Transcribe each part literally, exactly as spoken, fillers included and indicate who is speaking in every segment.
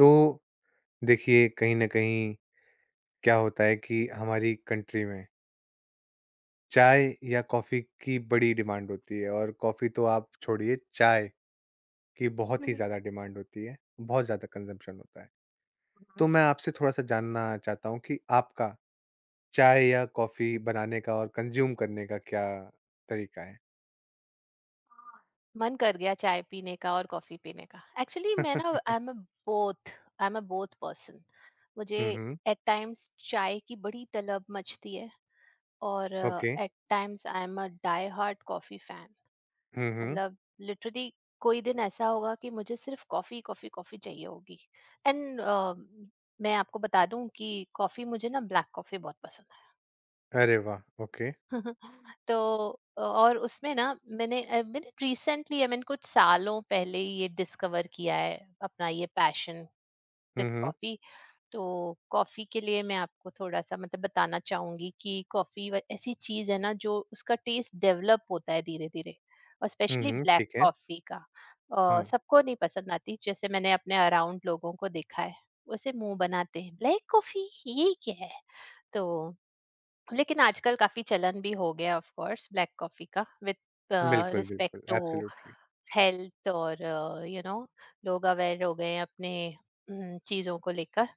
Speaker 1: तो देखिए कहीं ना कहीं क्या होता है कि हमारी कंट्री में चाय या कॉफी की बड़ी डिमांड होती है और कॉफी तो आप छोड़िए चाय की बहुत ही
Speaker 2: हम्म,
Speaker 1: ज्यादा डिमांड होती है बहुत ज्यादा कंजम्पशन होता है
Speaker 2: हम्म।
Speaker 1: तो मैं आपसे थोड़ा सा जानना चाहता हूँ कि आपका चाय या कॉफी बनाने का और कंज्यूम करने का क्या तरीका है।
Speaker 2: मन कर गया चाय पीने का और कॉफी पीने का। एक्चुअली मैं ना I am a both I am a both person. मुझे
Speaker 1: हम्म हम्म।
Speaker 2: एट टाइम्स चाय की बड़ी तलब मचती है और
Speaker 1: okay.
Speaker 2: At times I am a die heart coffee fan.
Speaker 1: Hmm hmm.
Speaker 2: मतलब लिटरली कोई दिन ऐसा होगा कि मुझे सिर्फ कॉफी कॉफी कॉफी चाहिए होगी। एंड मैं आपको बता दूं कि कॉफी मुझे ना ब्लैक कॉफी बहुत पसंद है।
Speaker 1: अरे वाह, ओके।
Speaker 2: तो और उसमें ना मैंने अ, मैंने रिसेंटली आई मीन कुछ सालों पहले ही ये डिस्कवर किया है अपना ये passion with
Speaker 1: hmm hmm.
Speaker 2: Coffee. तो कॉफी के लिए मैं आपको थोड़ा सा मतलब बताना चाहूंगी कि कॉफी ऐसी चीज है ना जो उसका टेस्ट डेवलप होता है धीरे धीरे, और
Speaker 1: हम्म
Speaker 2: स्पेशली
Speaker 1: हम्म,
Speaker 2: ब्लैक
Speaker 1: ठीक है।
Speaker 2: कॉफी का। अ,
Speaker 1: हम्म।
Speaker 2: सबको नहीं पसंद आती, जैसे मैंने अपने अराउंड लोगों को देखा है। उसे मुंह बनाते हैं, ब्लैक कॉफी ये क्या है। तो लेकिन आजकल काफ़ी चलन भी हो गया ऑफ कोर्स ब्लैक कॉफ़ी का विद
Speaker 1: बिल्कुल
Speaker 2: रिस्पेक्ट
Speaker 1: बिल्कुल,
Speaker 2: टू
Speaker 1: एब्सोल्युटली।
Speaker 2: हेल्थ, और यू नो लोग अवेयर हो गए हैं अपने हम्म, चीज़ों को लेकर।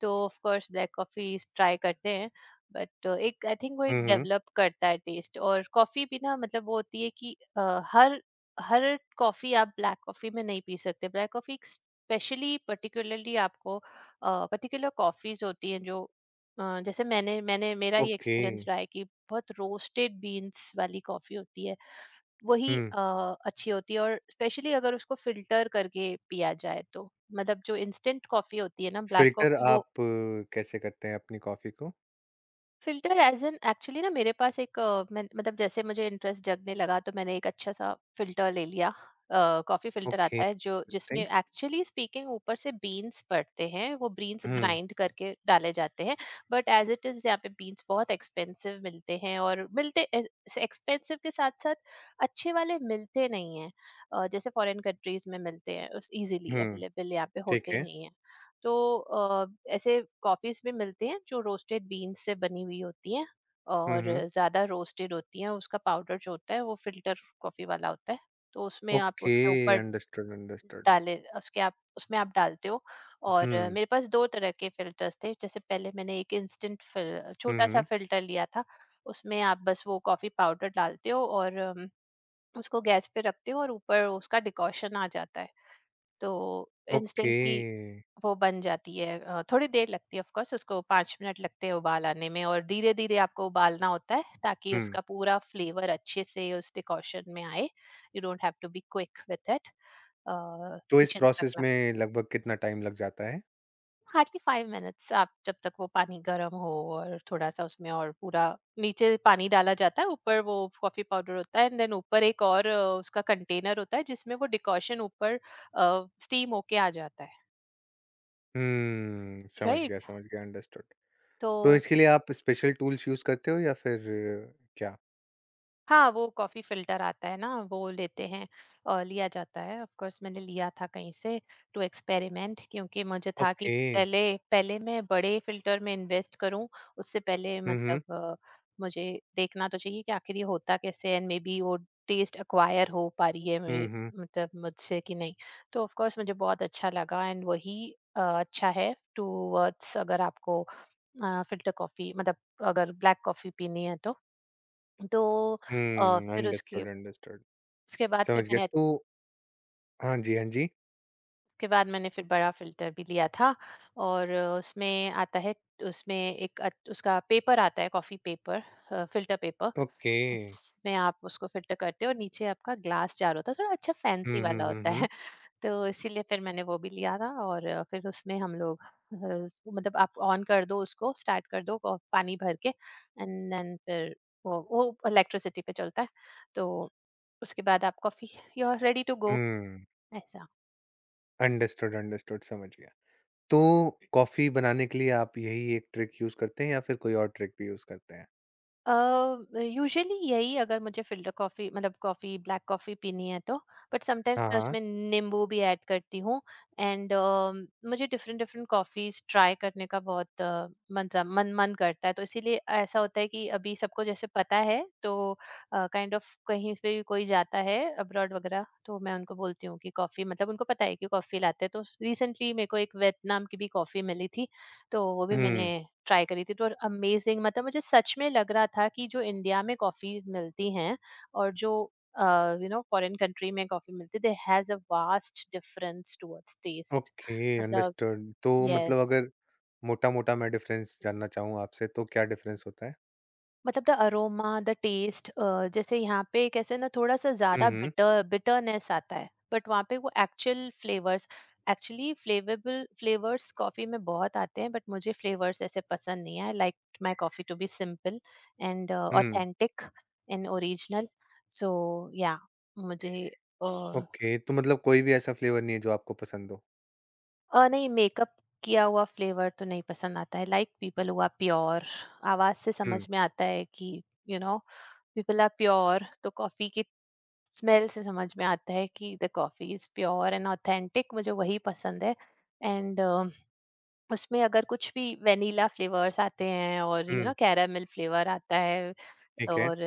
Speaker 2: तो of course black coffee try करते हैं, बट एक आई थिंक वो
Speaker 1: हम्म
Speaker 2: एक
Speaker 1: हम्म।
Speaker 2: डेवलप करता है टेस्ट। और कॉफ़ी भी ना, मतलब वो होती है कि अ, हर हर कॉफ़ी आप ब्लैक कॉफ़ी में नहीं पी सकते। ब्लैक कॉफ़ी स्पेशली पर्टिकुलरली आपको पर्टिकुलर कॉफ़ीज होती हैं जो अ, जैसे मैंने मैंने मेरा ये
Speaker 1: ओके।
Speaker 2: एक्सपीरियंस रहा है कि बहुत रोस्टेड बीन्स वाली कॉफी होती है वही
Speaker 1: हम्म।
Speaker 2: अ, अच्छी होती है। और स्पेशली अगर उसको फिल्टर करके पिया जाए तो, मतलब जो इंस्टेंट कॉफी होती है ना ब्लैक
Speaker 1: फ़िल्टर
Speaker 2: कॉफी,
Speaker 1: आप
Speaker 2: वो
Speaker 1: अ, कैसे करते हैं अपनी कॉफ़ी को?
Speaker 2: फिल्टर एज एन एक्चुअली ना मेरे पास एक अ, मैं, मतलब जैसे मुझे इंटरेस्ट जगने लगा तो मैंने एक अच्छा सा फिल्टर ले लिया। कॉफी फिल्टर
Speaker 1: ओके,
Speaker 2: आता है जो जिसमें
Speaker 1: इंटरेस्टिंग।
Speaker 2: एक्चुअली स्पीकिंग ऊपर से बीन्स पड़ते हैं, वो बीन्स
Speaker 1: हुँ,
Speaker 2: ग्राइंड करके डाले जाते हैं। बट एज इट इज यहाँ पे बीन्स बहुत एक्सपेंसिव मिलते हैं, और मिलते एक्सपेंसिव के साथ साथ अच्छे वाले मिलते नहीं हैं। अ, जैसे फॉरेन कंट्रीज में मिलते हैं उस इजीली
Speaker 1: हुँ,
Speaker 2: अवेलेबल यहाँ पे
Speaker 1: ठीक
Speaker 2: होते
Speaker 1: है।
Speaker 2: नहीं हैं। तो अ, ऐसे कॉफ़ीज़ भी मिलते हैं जो रोस्टेड बीन्स से बनी हुई होती हैं
Speaker 1: हुँ,
Speaker 2: और
Speaker 1: हुँ।
Speaker 2: ज़्यादा रोस्टेड होती हैं। उसका पाउडर जो होता है वो फ़िल्टर कॉफ़ी वाला होता है। तो उसमें आप
Speaker 1: ओके,
Speaker 2: उसके ऊपर
Speaker 1: अंडरस्टूड, अंडरस्टूड।
Speaker 2: डाले, उसके आप उसमें आप डालते हो। और अ,
Speaker 1: हुँ,
Speaker 2: मेरे पास दो तरह के फ़िल्टर्स थे। जैसे पहले मैंने एक इंस्टेंट फ़िल
Speaker 1: हुँ,
Speaker 2: छोटा-सा
Speaker 1: हुँ।
Speaker 2: फ़िल्टर लिया था। उसमें आप बस वो कॉफ़ी पाउडर डालते हो, और अम, उसको गैस पे रखते हो और ऊपर उसका डिकॉशन आ जाता है। तो
Speaker 1: ओके,
Speaker 2: इंस्टेंटली वो बन जाती है। अ, थोड़ी देर लगती है ऑफ कोर्स, उसको पाँच मिनट लगते हैं उबाल आने में, और धीरे धीरे आपको उबालना होता है ताकि
Speaker 1: हुँ।
Speaker 2: उसका पूरा फ्लेवर अच्छे से उस डिकॉशन में आए। You don't have to be quick with it,
Speaker 1: तो इस
Speaker 2: पेशेंस
Speaker 1: प्रोसेस
Speaker 2: रखना।
Speaker 1: में लगभग कितना टाइम लग जाता है?
Speaker 2: हार्डली फाइव मिनट्स, आप जब तक वो पानी गर्म हो और थोड़ा सा उसमें और पूरा, नीचे पानी डाला जाता है ऊपर वो कॉफी पाउडर होता है, एंड देन ऊपर एक और अ, उसका कंटेनर होता है जिसमें वो डिकॉशन ऊपर स्टीम होके आ जाता है।
Speaker 1: हुँ, समझ गया,
Speaker 2: राइट।
Speaker 1: समझ गया, अंडरस्टूड। तो
Speaker 2: तो
Speaker 1: इसके लिए आप स्पेशल टूल्स यूज़ करते हो या फिर अ, क्या?
Speaker 2: हाँ, वो कॉफ़ी फ़िल्टर आता है ना, वो लेते हैं अ, लिया जाता है। ऑफ़ कोर्स मैंने लिया था कहीं से टू एक्सपेरिमेंट, क्योंकि मुझे था कि
Speaker 1: ओके।
Speaker 2: पहले पहले मैं बड़े फ़िल्टर में इन्वेस्ट करूँ, उससे पहले
Speaker 1: हुँ, हुँ।
Speaker 2: मतलब अ, मुझे देखना तो चाहिए कि आख़िर ये होता कैसे है, एंड मेबी वो टेस्ट एक्वायर हो पा रही है
Speaker 1: हुँ,
Speaker 2: मेरे
Speaker 1: हुँ।
Speaker 2: मतलब मुझसे कि नहीं। तो ऑफ़ कोर्स मुझे बहुत अच्छा लगा, एंड वही अ, अच्छा है टूवर्ड्स अगर आपको अ, फ़िल्टर कॉफ़ी मतलब अगर ब्लैक कॉफ़ी पीनी है तो। तो अ,
Speaker 1: हुँ,
Speaker 2: फिर उसके
Speaker 1: अंडरस्टूड, अंडरस्टूड।
Speaker 2: उसके बाद फिर
Speaker 1: समझ गया।
Speaker 2: मैंने
Speaker 1: तो हाँ जी, हाँ जी।
Speaker 2: उसके बाद मैंने फिर बड़ा फ़िल्टर भी लिया था, और अ, उसमें आता है, उसमें एक अ, उसका पेपर आता है coffee paper, uh, filter paper.
Speaker 1: Okay.
Speaker 2: उसमें आप उसको फ़िल्टर करते हो और नीचे आपका ग्लास जार होता है, थोड़ा अच्छा फैंसी
Speaker 1: हुँ, हुँ,
Speaker 2: वाला
Speaker 1: हुँ,
Speaker 2: होता
Speaker 1: हुँ।
Speaker 2: है। तो इसीलिए फिर मैंने वो भी लिया था, और अ, फिर उसमें हम लोग अ, उसको- मतलब आप ऑन कर दो उसको स्टार्ट कर दो और पानी भर के एंड देन फिर वो वो इलेक्ट्रिसिटी पे चलता है। तो उसके बाद आप coffee you are ready to go,
Speaker 1: hmm.
Speaker 2: ऐसा।
Speaker 1: अंडरस्टूड, अंडरस्टूड समझ गया। तो कॉफ़ी बनाने के लिए आप यही एक ट्रिक यूज़ करते हैं या फिर कोई और ट्रिक भी यूज़ करते हैं?
Speaker 2: अ, यूजुअली यही अगर मुझे फिल्टर कॉफ़ी मतलब कॉफ़ी ब्लैक कॉफ़ी पीनी है तो, बट समटाइम्स
Speaker 1: हाँ,
Speaker 2: मैं
Speaker 1: हाँ।
Speaker 2: उसमें नींबू भी ऐड करती हूँ। एंड अ, मुझे डिफरेंट डिफरेंट कॉफ़ीज़ ट्राई करने का बहुत अ, मन सा मन मन करता है। तो इसीलिए ऐसा होता है कि अभी सबको जैसे पता है तो अ, काइंड ऑफ़ कहीं पे भी कोई जाता है अब्रॉड वगैरह तो मैं उनको बोलती हूँ कि कॉफ़ी मतलब उनको पता है कि कॉफ़ी लाते हैं। तो रिसेंटली मेरे को एक वियतनाम की भी कॉफ़ी मिली थी। तो वो भी मैंने
Speaker 1: हुँ।
Speaker 2: ट्राई करी थी, तो और अमेज़िंग, मतलब मुझे सच में लग रहा था कि जो इंडिया में कॉफ़ीज़ मिलती हैं और जो uh, you know foreign country में कॉफ़ी मिलती है, there has a vast difference towards taste,
Speaker 1: okay,
Speaker 2: मतलब,
Speaker 1: अंडरस्टूड। तो मतलब
Speaker 2: यस।
Speaker 1: अगर मोटा-मोटा मैं डिफ़रेंस जानना चाहूँ आपसे तो क्या डिफ़रेंस होता है?
Speaker 2: मतलब the aroma, the taste, uh, जैसे यहाँ पे कैसे ना थोड़ा-सा
Speaker 1: हुँ,
Speaker 2: ज़्यादा
Speaker 1: हुँ।
Speaker 2: बिटर बिटरनेस आता है, बट वहाँ पे वो actual flavours actually flavourable flavours coffee में बहुत आते हैं, बट मुझे फ्लेवर्स ऐसे पसंद नहीं है। I like my coffee to be simple and
Speaker 1: hmm.
Speaker 2: Authentic and original. So yeah मुझे अ
Speaker 1: ओके, तो मतलब कोई भी ऐसा फ्लेवर नहीं है जो आपको पसंद हो?
Speaker 2: अ, नहीं मेकअप किया हुआ फ्लेवर तो नहीं पसंद आता है। Like people who are pure, आवाज़ से समझ
Speaker 1: हुँ,
Speaker 2: में आता है कि you know people are pure, तो कॉफ़ी की स्मेल से समझ में आता है कि the coffee is pure and authentic, मुझे वही पसंद है। एंड उसमें अगर कुछ भी वैनिला फ्लेवर्स आते हैं और you
Speaker 1: hmm.
Speaker 2: Know caramel flavour आता है,
Speaker 1: ठीक है।
Speaker 2: और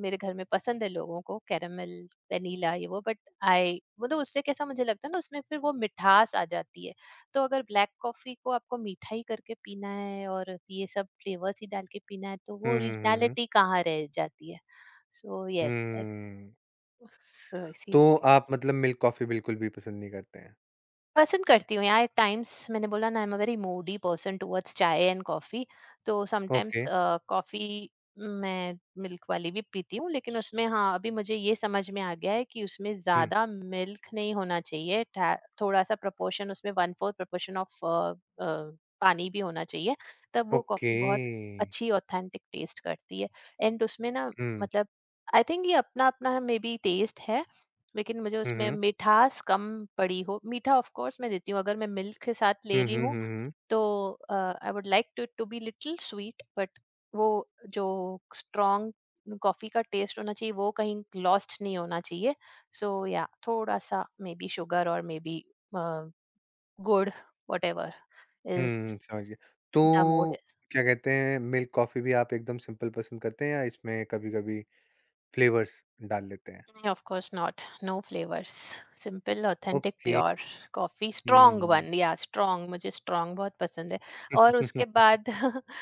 Speaker 2: मेरे घर में पसंद है लोगों को कैरामल वैनिला ये वो, बट आई मतलब उससे कैसा मुझे लगता है ना उसमें फिर वो मिठास आ जाती है। तो अगर ब्लैक कॉफी को आपको मीठा ही करके पीना है और ये सब फ्लेवर्स ही डाल के पीना है तो
Speaker 1: हुँ,
Speaker 2: वो
Speaker 1: हुँ, हुँ, हुँ।
Speaker 2: ओरिजिनलिटी कहाँ रह जाती है। सो यस,
Speaker 1: हुँ।
Speaker 2: सो
Speaker 1: तो
Speaker 2: इसीलिए।
Speaker 1: आप मतलब मिल्क कॉफ़ी बिल्कुल भी पसंद नहीं करते हैं?
Speaker 2: पसंद करती हूँ यार, एट टाइम्स मैंने बोला ना I am a very moody person towards chai and coffee. तो समटाइम्स
Speaker 1: ओके।
Speaker 2: कॉफी मैं मिल्क वाली भी पीती हूँ, लेकिन उसमें हाँ, अभी मुझे ये समझ में आ गया है कि उसमें
Speaker 1: हुँ।
Speaker 2: ज्यादा मिल्क नहीं होना चाहिए। ठा- थोड़ा सा प्रपोर्शन उसमें वन फोर्थ प्रपोर्शन ऑफ पानी भी होना चाहिए, तब वो
Speaker 1: ओके।
Speaker 2: कॉफी बहुत अच्छी ऑथेंटिक टेस्ट करती है। एंड उसमें ना
Speaker 1: हुँ।
Speaker 2: मतलब आई थिंक ये अपना अपना मे बी टेस्ट है, लेकिन मुझे
Speaker 1: हुँ,
Speaker 2: उसमें
Speaker 1: हुँ।
Speaker 2: मिठास कम पड़ी हो, मीठा ऑफ कोर्स मैं देती हूँ अगर मैं मिल्क के साथ ले
Speaker 1: हुँ,
Speaker 2: रही
Speaker 1: हुँ,
Speaker 2: हूँ।
Speaker 1: हुँ, हुँ।
Speaker 2: तो I would like to to be little sweet, but वो जो स्ट्रॉन्ग कॉफी का टेस्ट होना चाहिए वो कहीं लॉस्ट नहीं होना चाहिए। सो या थोड़ा सा मे बी शुगर और मे बी गुड़, वट एवर इज
Speaker 1: हुँ, समझ गया। तो
Speaker 2: द मोड।
Speaker 1: क्या कहते हैं, मिल्क कॉफ़ी भी आप एकदम सिंपल पसंद करते हैं या इसमें कभी-कभी फ्लेवर्स डाल लेते हैं?
Speaker 2: Mm, of course not. No flavors. Simple authentic
Speaker 1: okay.
Speaker 2: Pure coffee strong
Speaker 1: hmm.
Speaker 2: One, yeah strong मुझे स्ट्रॉन्ग बहुत पसंद है। और उसके बाद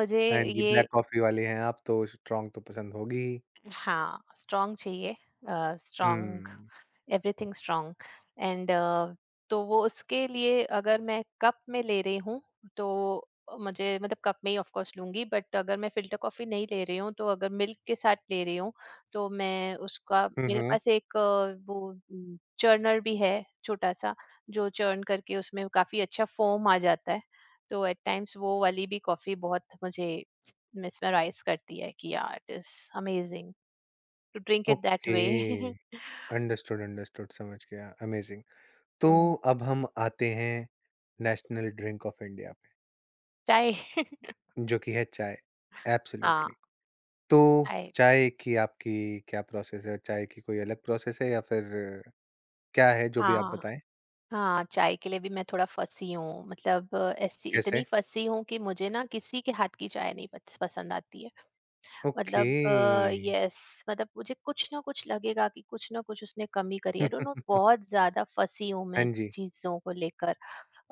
Speaker 2: मुझे
Speaker 1: हाँ जी,
Speaker 2: ये,
Speaker 1: ब्लैक कॉफ़ी वाले हैं आप तो स्ट्रॉन्ग तो पसंद होगी ही।
Speaker 2: हाँ, स्ट्रॉन्ग चाहिए। Uh, strong
Speaker 1: hmm.
Speaker 2: Everything strong, and तो वो उसके लिए अगर मैं कप में ले रही हूँ तो मुझे मतलब कप में ही ऑफ कोर्स लूँगी, बट अगर मैं फ़िल्टर कॉफ़ी नहीं ले रही हूँ तो अगर मिल्क के साथ ले रही हूँ तो मैं उसका
Speaker 1: हुँ,
Speaker 2: मेरे
Speaker 1: हुँ।
Speaker 2: पास एक अ, वो उम, चर्नर भी है छोटा-सा जो चर्न करके उसमें काफ़ी अच्छा फ़ोम आ जाता है। तो एट टाइम्स वो वाली भी कॉफ़ी बहुत मुझे मिसमराइज़ करती है कि yeah it is amazing, to drink it that
Speaker 1: okay.
Speaker 2: way।
Speaker 1: Understood, understood समझ गया, अमेज़िंग। तो
Speaker 2: हुँ।
Speaker 1: अब हम आते हैं नेशनल ड्रिंक ऑफ इंडिया पे,
Speaker 2: चाय।
Speaker 1: जो कि है चाय।
Speaker 2: हाँ,
Speaker 1: एब्सोल्यूटली। तो
Speaker 2: चाय भी।
Speaker 1: चाय की आपकी क्या प्रोसेस है? चाय की कोई अलग प्रोसेस है या फिर क्या है जो भी आप
Speaker 2: हाँ,
Speaker 1: बताएँ?
Speaker 2: हाँ, चाय के लिए भी मैं थोड़ा फँसी हूँ। मतलब अ, ऐसी
Speaker 1: कैसे?
Speaker 2: इतनी फँसी हूँ कि मुझे ना किसी के हाथ की चाय नहीं पस पसंद आती है।
Speaker 1: ओके।
Speaker 2: मतलब अ, येस, मतलब मुझे कुछ ना कुछ लगेगा कि कुछ ना कुछ उसने कमी करी है, आई डोंट नो। बहुत ज़्यादा फँसी हूँ
Speaker 1: हाँ
Speaker 2: मैं
Speaker 1: जी।
Speaker 2: चीज़ों को लेकर,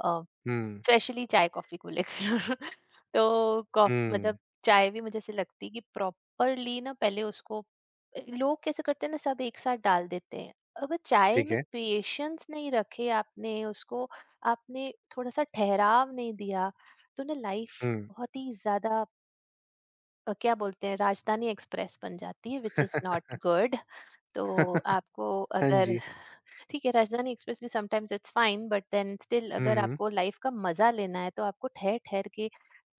Speaker 2: अ
Speaker 1: हुँ,
Speaker 2: स्पेशली चाय कॉफ़ी को लेकर। तो कॉफ
Speaker 1: हुँ,
Speaker 2: मतलब चाय भी मुझे ऐसे लगती है कि प्रॉपरली ना, पहले उसको, लोग कैसे करते हैं ना सब एक साथ डाल देते हैं। अगर चाय
Speaker 1: ठीक
Speaker 2: में
Speaker 1: है।
Speaker 2: पेशेंस नहीं रखे आपने, उसको आपने थोड़ा सा ठहराव नहीं दिया, तो ना लाइफ
Speaker 1: हुँ।
Speaker 2: बहुत ही ज्यादा अ, क्या बोलते हैं राजधानी एक्सप्रेस बन जाती है विच इज नॉट गुड। तो आपको
Speaker 1: हाँ
Speaker 2: अगर,
Speaker 1: जी।
Speaker 2: ठीक है राजधानी एक्सप्रेस भी sometimes it's fine, but then still
Speaker 1: hmm,
Speaker 2: अगर
Speaker 1: हुँ।
Speaker 2: आपको लाइफ का मजा लेना है तो आपको ठहर ठहर के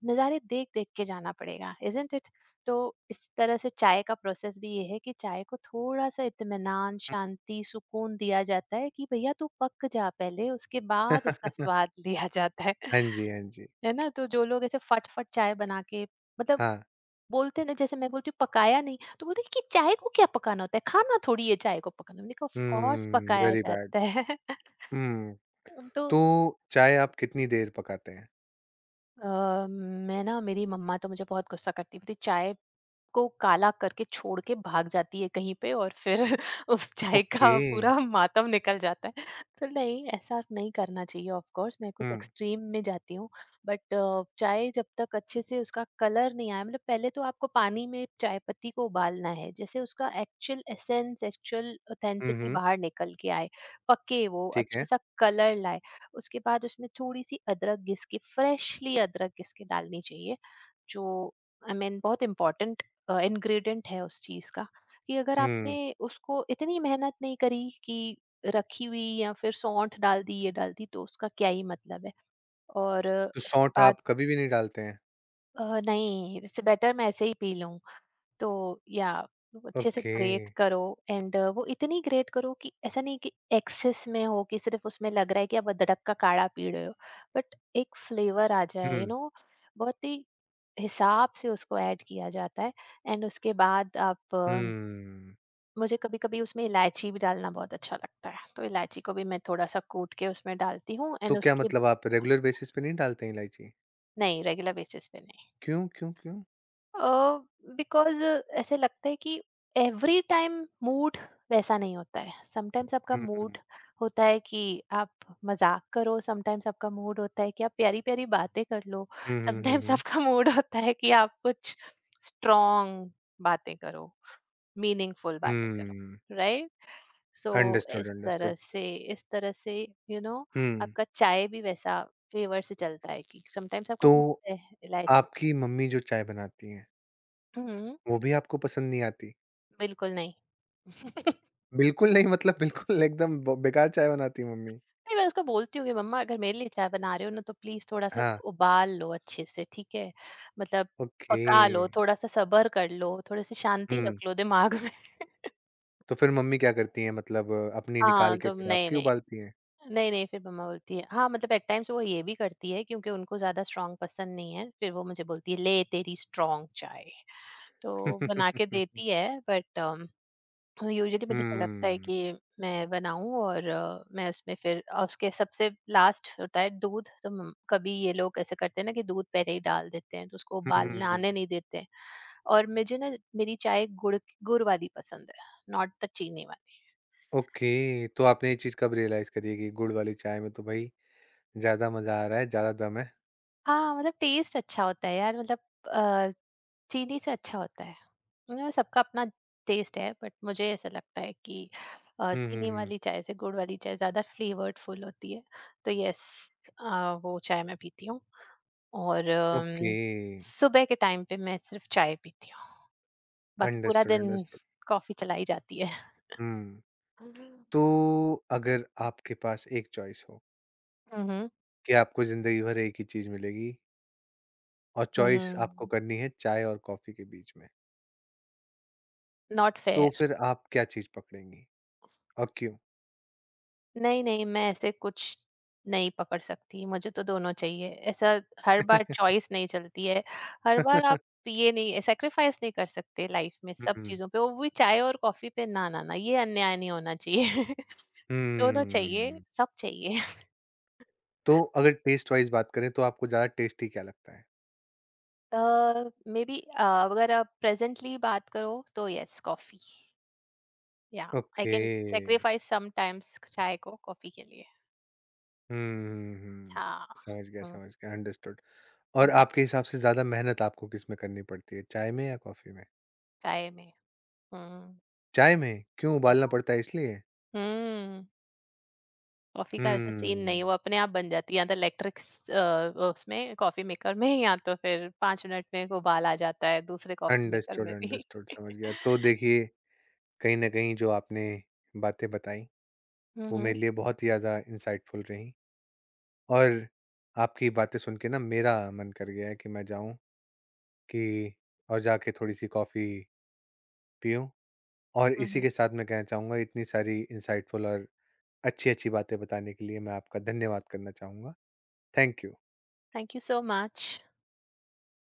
Speaker 2: नज़ारे देख देख के जाना पड़ेगा, इजंट इट। तो इस तरह से चाय का प्रोसेस भी ये है कि चाय को थोड़ा सा इत्मीनान शांति सुकून दिया जाता है कि भैया तू पक जा पहले, उसके बाद उसका स्वाद लिया जाता है।
Speaker 1: हाँ जी, हाँ जी।
Speaker 2: है ना। तो जो लोग ऐसे फट फट चाय बना के, मतलब
Speaker 1: हाँ।
Speaker 2: बोलते हैं ना जैसे मैं बोलती हूँ पकाया नहीं तो बोलते हैं कि चाय को क्या पकाना होता है। खाना थोड़ी है चाय को पकाना। मैंने कहा ऑफ कोर्स
Speaker 1: हुँ,
Speaker 2: पकाया
Speaker 1: वेरी बैड।
Speaker 2: जाता है
Speaker 1: हुँ,
Speaker 2: तो
Speaker 1: तो चाय आप कितनी देर पकाते हैं?
Speaker 2: अ, मैं ना मेरी मम्मा तो मुझे बहुत गुस्सा करती थी। चाय को काला करके छोड़ के भाग जाती है कहीं पे और फिर उस चाय
Speaker 1: ओके।
Speaker 2: का पूरा मातम निकल जाता है। तो नहीं, ऐसा नहीं करना चाहिए। ऑफ़ कोर्स मैं कुछ
Speaker 1: हुँ।
Speaker 2: एक्सट्रीम में जाती हूँ। बट अ, चाय जब तक अच्छे से उसका कलर नहीं आया। मतलब पहले तो आपको पानी में चाय पत्ती को उबालना है, जैसे उसका actual essence, actual
Speaker 1: hmm,
Speaker 2: authenticity
Speaker 1: hmm,
Speaker 2: बाहर निकल के आए, पके वो,
Speaker 1: ठीक है।
Speaker 2: अच्छा-सा कलर लाए। उसके बाद उसमें थोड़ी-सी अदरक घिस के, फ्रेशली अदरक घिस के डालनी चाहिए, जो आई I मीन mean, बहुत इम्पोर्टेंट इंग्रेडिएंट है उस चीज का। कि अगर आपने
Speaker 1: हुँ,
Speaker 2: उसको इतनी मेहनत नहीं करी कि रखी हुई या फिर सौंठ डाल दी, ये डाल दी, तो उसका क्या ही मतलब है। और
Speaker 1: तो
Speaker 2: उसके
Speaker 1: सौंठ
Speaker 2: बाद
Speaker 1: आप कभी भी नहीं डालते हैं?
Speaker 2: अ, नहीं इससे बेटर मैं ऐसे ही पी लूं। तो या वो अच्छे से
Speaker 1: ओके।
Speaker 2: ग्रेट करो एंड वो इतनी ग्रेट करो कि ऐसा नहीं कि एक्सेस में हो, कि सिर्फ उसमें लग रहा है कि आप अदरक का काढ़ा पी रहे हो। बट एक फ्लेवर आ जाए, यू
Speaker 1: हुँ,
Speaker 2: नो, बहुत ही हिसाब से उसको ऐड किया जाता है। एंड उसके बाद आप,
Speaker 1: हुँ।
Speaker 2: मुझे कभी-कभी उसमें इलायची भी डालना बहुत अच्छा लगता है, तो इलायची को भी मैं थोड़ा-सा कूट के उसमें डालती हूँ।
Speaker 1: तो
Speaker 2: एंड
Speaker 1: क्या
Speaker 2: उसके,
Speaker 1: मतलब आप रेगुलर बेसिस पे नहीं डालते हैं इलायची?
Speaker 2: नहीं, रेगुलर बेसिस पे नहीं।
Speaker 1: क्यों, क्यों, क्यों?
Speaker 2: अ, बिकॉज़ ऐसे लगता है कि एवरी टाइम मूड वैसा नहीं होता है। समटाइम्स आपका
Speaker 1: हुँ, हुँ।
Speaker 2: मूड होता है कि आप मज़ाक करो, समटाइम्स आपका मूड होता है कि आप प्यारी-प्यारी बातें कर लो,
Speaker 1: हुँ, हुँ, हुँ,
Speaker 2: समटाइम्स
Speaker 1: हुँ।
Speaker 2: आपका मूड होता है कि आप कुछ स्ट्रॉन्ग बातें करो, मीनिंगफुल बातें करो,
Speaker 1: हुँ।
Speaker 2: राइट? सो
Speaker 1: अंडरस्टूड,
Speaker 2: इस
Speaker 1: अंडरस्टूड।
Speaker 2: तरह से इस तरह से यू नो,
Speaker 1: हुँ।
Speaker 2: आपका चाय भी वैसा फ्लेवर से चलता है कि समटाइम्स आपको
Speaker 1: तो
Speaker 2: भूलता है इलायची।
Speaker 1: आपकी मम्मी जो चाय बनाती हैं,
Speaker 2: हम्म।
Speaker 1: वो भी आपको पसंद नहीं आती?
Speaker 2: बिल्कुल नहीं
Speaker 1: बिल्कुल नहीं मतलब बिल्कुल एकदम ब बेकार चाय बनाती है मम्मी।
Speaker 2: नहीं, मैं उसको बोलती हूँ कि मम्मा अगर मेरे लिए चाय बना रहे हो ना, तो प्लीज थोड़ा सा
Speaker 1: हाँ,
Speaker 2: उसको उबाल लो अच्छे से, ठीक है? मतलब
Speaker 1: ओके।
Speaker 2: पका लो, थोड़ा सा सब्र कर लो, थोड़ी सी शांति
Speaker 1: हुँ।
Speaker 2: रख लो दिमाग में
Speaker 1: तो फिर मम्मी क्या करती हैं, मतलब अपनी निकाल
Speaker 2: हाँ,
Speaker 1: के
Speaker 2: तो
Speaker 1: फिर
Speaker 2: नहीं
Speaker 1: आपकी
Speaker 2: नहीं।
Speaker 1: उबालती हैं?
Speaker 2: नहीं, नहीं, फिर मम्मा बोलती है, हाँ, मतलब एट टाइम्स वो ये भी करती है क्योंकि उनको ज़्यादा स्ट्रॉन्ग पसंद नहीं है, फिर वो मुझे बोलती है, "ले तेरी स्ट्रॉन्ग चाय।" तो बना के देती है। बट अम, यूजुअली मुझे ऐसा लगता है
Speaker 1: हुँ।
Speaker 2: कि मैं बनाऊँ और अ, मैं उसमें फिर अ, उसके सबसे लास्ट होता है दूध, तो मम कभी ये लोग ऐसे करते हैं ना कि दूध पहले ही डाल देते हैं, तो उसको
Speaker 1: हुँ,
Speaker 2: उबालने
Speaker 1: हुँ,
Speaker 2: आने
Speaker 1: हुँ।
Speaker 2: नहीं देते हैं। और मुझे ना मेरी चाय गुड़ गुड़ वाली पसंद है, नॉट द चीनी वाली।
Speaker 1: ओके, तो आपने ये चीज़ कब रियलाइज़ करी है कि गुड़ वाली चाय में तो भई ज़्यादा मज़ा आ रहा है, ज़्यादा दम है।
Speaker 2: हाँ, मतलब टेस्ट अच्छा होता है यार। मतलब अ, चीनी से अच्छा होता है। मतलब सबका अपना टेस्ट है, बट मुझे ऐसा लगता है कि अ,
Speaker 1: हुँ, हुँ,
Speaker 2: चीनी
Speaker 1: हुँ।
Speaker 2: वाली चाय से गुड़ वाली चाय ज़्यादा फ्लेवर्डफुल होती है। तो यस, अ, वो चाय मैं पीती हूँ। और
Speaker 1: ओके,
Speaker 2: अम, सुबह के टाइम पे मैं सिर्फ़ चाय पीती हूँ। बाकी पूरा
Speaker 1: अंडरस्टूड,
Speaker 2: दिन
Speaker 1: अंडरस्टूड।
Speaker 2: कॉफ़ी चलाई जाती है।
Speaker 1: हुँ, तो अगर आपके पास एक चॉइस हो
Speaker 2: हुँ, हुँ।
Speaker 1: कि आपको ज़िंदगी भर एक ही चीज़ मिलेगी और चॉइस आपको
Speaker 2: हुँ,
Speaker 1: करनी है चाय और कॉफ़ी के बीच में,
Speaker 2: नॉट
Speaker 1: तो
Speaker 2: फेयर।
Speaker 1: फिर आप क्या चीज़ पकड़ेंगी और क्यों?
Speaker 2: नहीं, नहीं, मैं ऐसे कुछ नहीं पकड़ सकती, मुझे तो दोनों चाहिए। ऐसा हर बार चॉइस नहीं चलती है, हर बार आप ये नहीं, सैक्रिफाइस नहीं कर सकते लाइफ में सब
Speaker 1: हुँ,
Speaker 2: चीज़ों पे, वो भी चाय और कॉफ़ी पे। ना, ना, ना, ये अन्याय नहीं होना चाहिए। दोनों चाहिए,
Speaker 1: हुँ।
Speaker 2: सब चाहिए।
Speaker 1: तो अगर टेस्ट वाइज़ बात करें तो आपको ज़्यादा टेस्टी क्या लगता है?
Speaker 2: अ, मेबी अ, अगर आप प्रेज़ेंटली बात करो तो yes coffee, yeah I
Speaker 1: okay.
Speaker 2: Can sacrifice sometimes चाय को कॉफ़ी के लिए।
Speaker 1: हुँ, हुँ, हुँ।
Speaker 2: हाँ,
Speaker 1: समझ गया,
Speaker 2: हुँ,
Speaker 1: समझ गया, अंडरस्टूड। और
Speaker 2: हुँ,
Speaker 1: आपके हिसाब से ज़्यादा मेहनत आपको किसमें करनी पड़ती है, चाय में या कॉफ़ी में?
Speaker 2: चाय में, हुँ,
Speaker 1: चाय में? क्यों,
Speaker 2: या
Speaker 1: उबालना पड़ता है इसलिए?
Speaker 2: हुँ। कॉफी
Speaker 1: हुँ,
Speaker 2: का ऐसा सीन नहीं, वो अपने आप बन जाती है या तो इलेक्ट्रिक्स अ, उसमें कॉफी मेकर में, या तो फिर पाँच मिनट में एक उबाल आ जाता है दूसरे कॉफी मेकर
Speaker 1: अंडरस्टूड,
Speaker 2: में भी।
Speaker 1: अंडरस्टूड समझ गया। तो देखिए, कहीं न कहीं जो आपने बातें बताई,
Speaker 2: हुँ,
Speaker 1: वो
Speaker 2: हुँ।
Speaker 1: मेरे लिए बहुत ही ज़्यादा इंसाइटफुल रहीं और आपकी बातें सुन के ना मेरा मन कर गया है कि मैं जाऊँ कि और जाके थोड़ी-सी कॉफ़ी पीऊँ और
Speaker 2: हुँ,
Speaker 1: इसी
Speaker 2: हुँ।
Speaker 1: के साथ मैं कहना चाहूँगा इतनी सारी इंसाइटफुल और अच्छी-अच्छी बातें बताने के लिए मैं आपका धन्यवाद करना चाहूँगा। Thank you.
Speaker 2: Thank you so much.